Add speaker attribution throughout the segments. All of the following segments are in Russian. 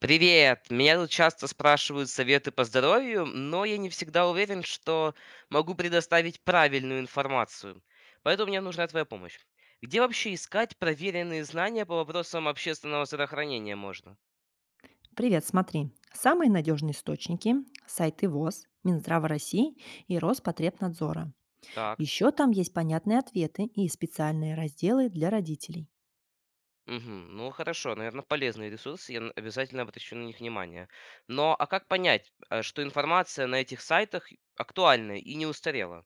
Speaker 1: Привет! Меня тут часто спрашивают советы по здоровью, но я не всегда уверен, что могу предоставить правильную информацию. Поэтому мне нужна твоя помощь. Где вообще искать проверенные знания по вопросам общественного здравоохранения можно?
Speaker 2: Привет, смотри. Самые надежные источники– сайты ВОЗ, Минздрава России и Роспотребнадзора.
Speaker 1: Так.
Speaker 2: Еще там есть понятные ответы и специальные разделы для родителей.
Speaker 1: Мгм. Ну хорошо, наверное, полезные ресурсы, обязательно обращу на них внимание. Но а как понять, что информация на этих сайтах актуальна и не устарела?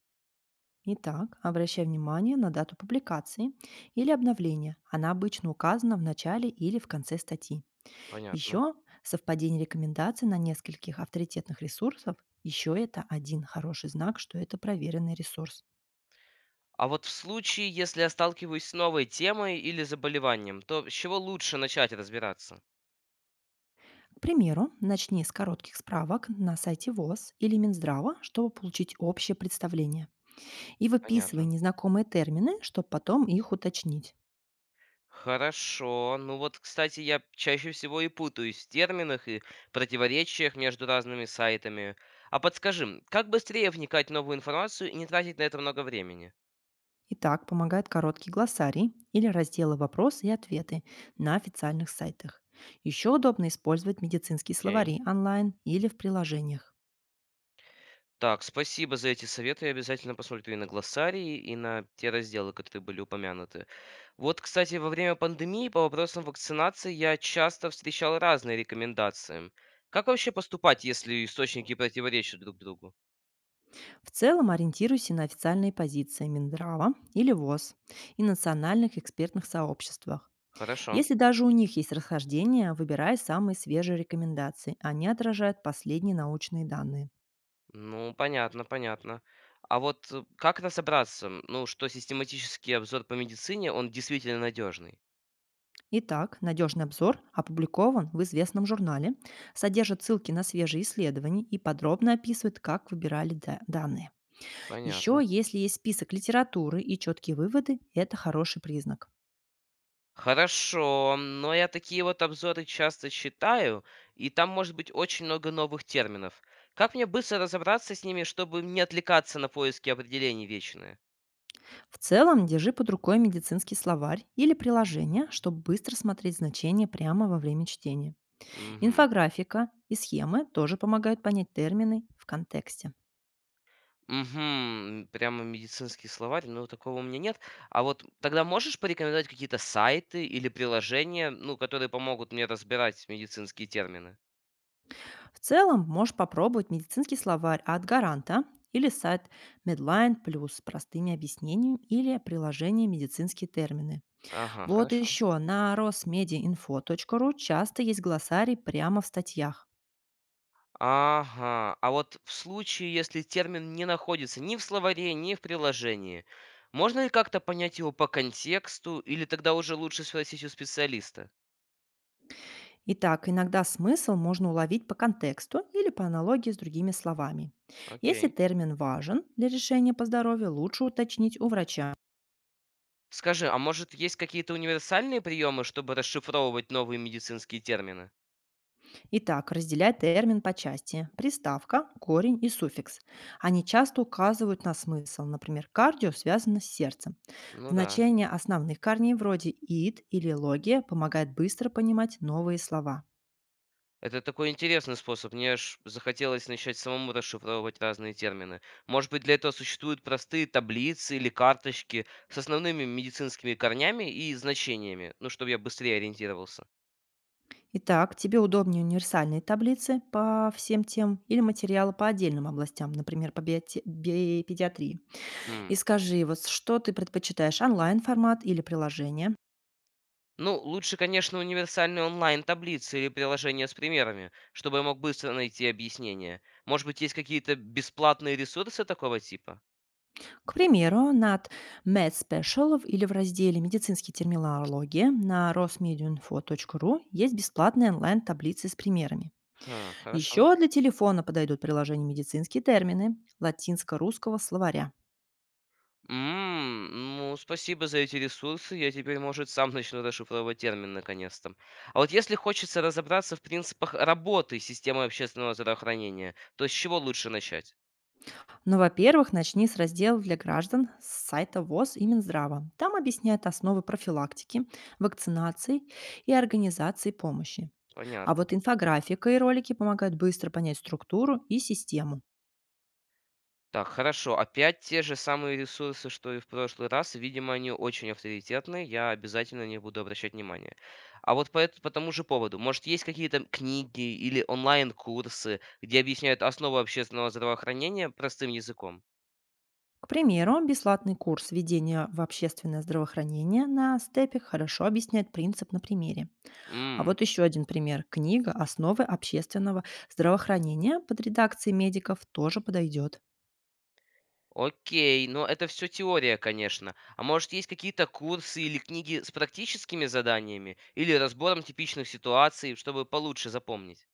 Speaker 2: Итак, обращай внимание на дату публикации или обновления. Она обычно указана в начале или в конце статьи.
Speaker 1: Понятно.
Speaker 2: Еще совпадение рекомендаций на нескольких авторитетных ресурсов. Еще это один хороший знак, что это проверенный ресурс.
Speaker 1: А вот в случае, если я сталкиваюсь с новой темой или заболеванием, то с чего лучше начать разбираться?
Speaker 2: К примеру, начни с коротких справок на сайте ВОЗ или Минздрава, чтобы получить общее представление. И выписывай
Speaker 1: Понятно.
Speaker 2: незнакомые термины, чтобы потом их уточнить.
Speaker 1: Хорошо. Ну вот, кстати, я чаще всего и путаюсь в терминах и противоречиях между разными сайтами. А подскажи, как быстрее вникать в новую информацию и не тратить на это много времени?
Speaker 2: И так помогает короткий глоссарий или разделы «Вопросы и ответы» на официальных сайтах. Еще удобно использовать медицинские
Speaker 1: Окей.
Speaker 2: словари онлайн или в приложениях.
Speaker 1: Так, спасибо за эти советы. Я обязательно посмотрю и на глоссарии, и на те разделы, которые были упомянуты. Вот, кстати, во время пандемии по вопросам вакцинации я часто встречал разные рекомендации. Как вообще поступать, если источники противоречат друг другу?
Speaker 2: В целом ориентируйся на официальные позиции Минздрава или ВОЗ и национальных экспертных сообществах.
Speaker 1: Хорошо.
Speaker 2: Если даже у них есть расхождения, выбирай самые свежие рекомендации. Они отражают последние научные данные.
Speaker 1: Ну, понятно, понятно. А вот как разобраться, ну, что систематический обзор по медицине, он действительно надежный?
Speaker 2: Итак, надежный обзор опубликован в известном журнале, содержит ссылки на свежие исследования и подробно описывает, как выбирали данные.
Speaker 1: Понятно.
Speaker 2: Еще, если есть список литературы и четкие выводы, это хороший признак.
Speaker 1: Хорошо, но я такие вот обзоры часто читаю, и там может быть очень много новых терминов. Как мне быстро разобраться с ними, чтобы не отвлекаться на поиски определений вечные?
Speaker 2: В целом, держи под рукой медицинский словарь или приложение, чтобы быстро смотреть значения прямо во время чтения.
Speaker 1: Угу.
Speaker 2: Инфографика и схемы тоже помогают понять термины в контексте.
Speaker 1: Мгм. Прямо медицинский словарь, ну, такого у меня нет. А вот тогда можешь порекомендовать какие-то сайты или приложения, ну, которые помогут мне разбирать медицинские термины?
Speaker 2: В целом, можешь попробовать медицинский словарь от Гаранта или сайт Medline Plus с простыми объяснениями или приложение «Медицинские термины».
Speaker 1: Ага,
Speaker 2: Вот
Speaker 1: хорошо.
Speaker 2: еще на rosmediainfo.ru часто есть глоссарий прямо в статьях.
Speaker 1: Ага. А вот в случае, если термин не находится ни в словаре, ни в приложении, можно ли как-то понять его по контексту, или тогда уже лучше спросить у специалиста?
Speaker 2: Итак, иногда смысл можно уловить по контексту или по аналогии с другими словами. Если
Speaker 1: Окей.
Speaker 2: термин важен для решения по здоровью, лучше уточнить у врача.
Speaker 1: Скажи, а может есть какие-то универсальные приемы, чтобы расшифровывать новые медицинские термины?
Speaker 2: Итак, разделяй термин по части. Приставка, корень и суффикс. Они часто указывают на смысл. Например, кардио связано с сердцем.
Speaker 1: Ну да.
Speaker 2: Значение основных корней вроде «ид» или «логия» помогает быстро понимать новые слова.
Speaker 1: Это такой интересный способ. Мне аж захотелось начать самому расшифровывать разные термины. Может быть, для этого существуют простые таблицы или карточки с основными медицинскими корнями и значениями, ну, чтобы я быстрее ориентировался.
Speaker 2: Итак, тебе удобнее универсальные таблицы по всем тем или материалы по отдельным областям, например, по педиатрии. И
Speaker 1: М.
Speaker 2: скажи, вот что ты предпочитаешь, онлайн-формат или приложение?
Speaker 1: Ну, лучше, конечно, универсальные онлайн-таблицы или приложения с примерами, чтобы я мог быстро найти объяснение. Может быть, есть какие-то бесплатные ресурсы такого типа?
Speaker 2: К примеру, над Med Special или в разделе «Медицинские терминологии» на rosmediainfo.ru есть бесплатные онлайн-таблицы с примерами.
Speaker 1: Ха, хорошо.
Speaker 2: Еще для телефона подойдут приложения «Медицинские термины» латинско-русского словаря.
Speaker 1: Ну, спасибо за эти ресурсы. Я теперь, может, сам начну расшифровывать термин наконец-то. А вот если хочется разобраться в принципах работы системы общественного здравоохранения, то с чего лучше начать?
Speaker 2: Но, во-первых, начни с раздела для граждан с сайта ВОЗ и Минздрава. Там объясняют основы профилактики, вакцинации и организации помощи. А
Speaker 1: Понятно.
Speaker 2: вот инфографика и ролики помогают быстро понять структуру и систему.
Speaker 1: Так, хорошо. Опять те же самые ресурсы, что и в прошлый раз. Видимо, они очень авторитетные. Я обязательно на них буду обращать внимание. А вот по тому же поводу, может, есть какие-то книги или онлайн-курсы, где объясняют основы общественного здравоохранения простым языком?
Speaker 2: К примеру, бесплатный курс введения в общественное здравоохранение на степе хорошо объясняет принцип на примере. А
Speaker 1: М.
Speaker 2: вот еще один пример. Книга «Основы общественного здравоохранения» под редакцией медиков тоже подойдет.
Speaker 1: Окей, но это все теория, конечно. А может, есть какие-то курсы или книги с практическими заданиями или разбором типичных ситуаций, чтобы получше запомнить?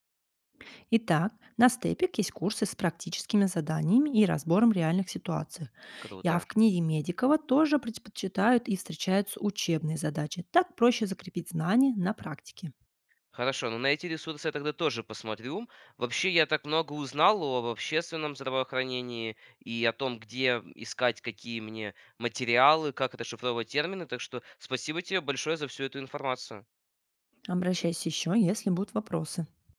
Speaker 2: Итак, на степик есть курсы с практическими заданиями и разбором реальных ситуаций. И, а
Speaker 1: Круто.
Speaker 2: в книге Медикова тоже предпочитают и встречаются учебные задачи. Так проще закрепить знания на практике.
Speaker 1: Хорошо, ну на эти ресурсы я тогда тоже посмотрю. Вообще, я так много узнал об общественном здравоохранении и о том, где искать какие мне материалы, как расшифровывать термины, так что спасибо тебе большое за всю эту информацию.
Speaker 2: Обращайся еще, если будут вопросы.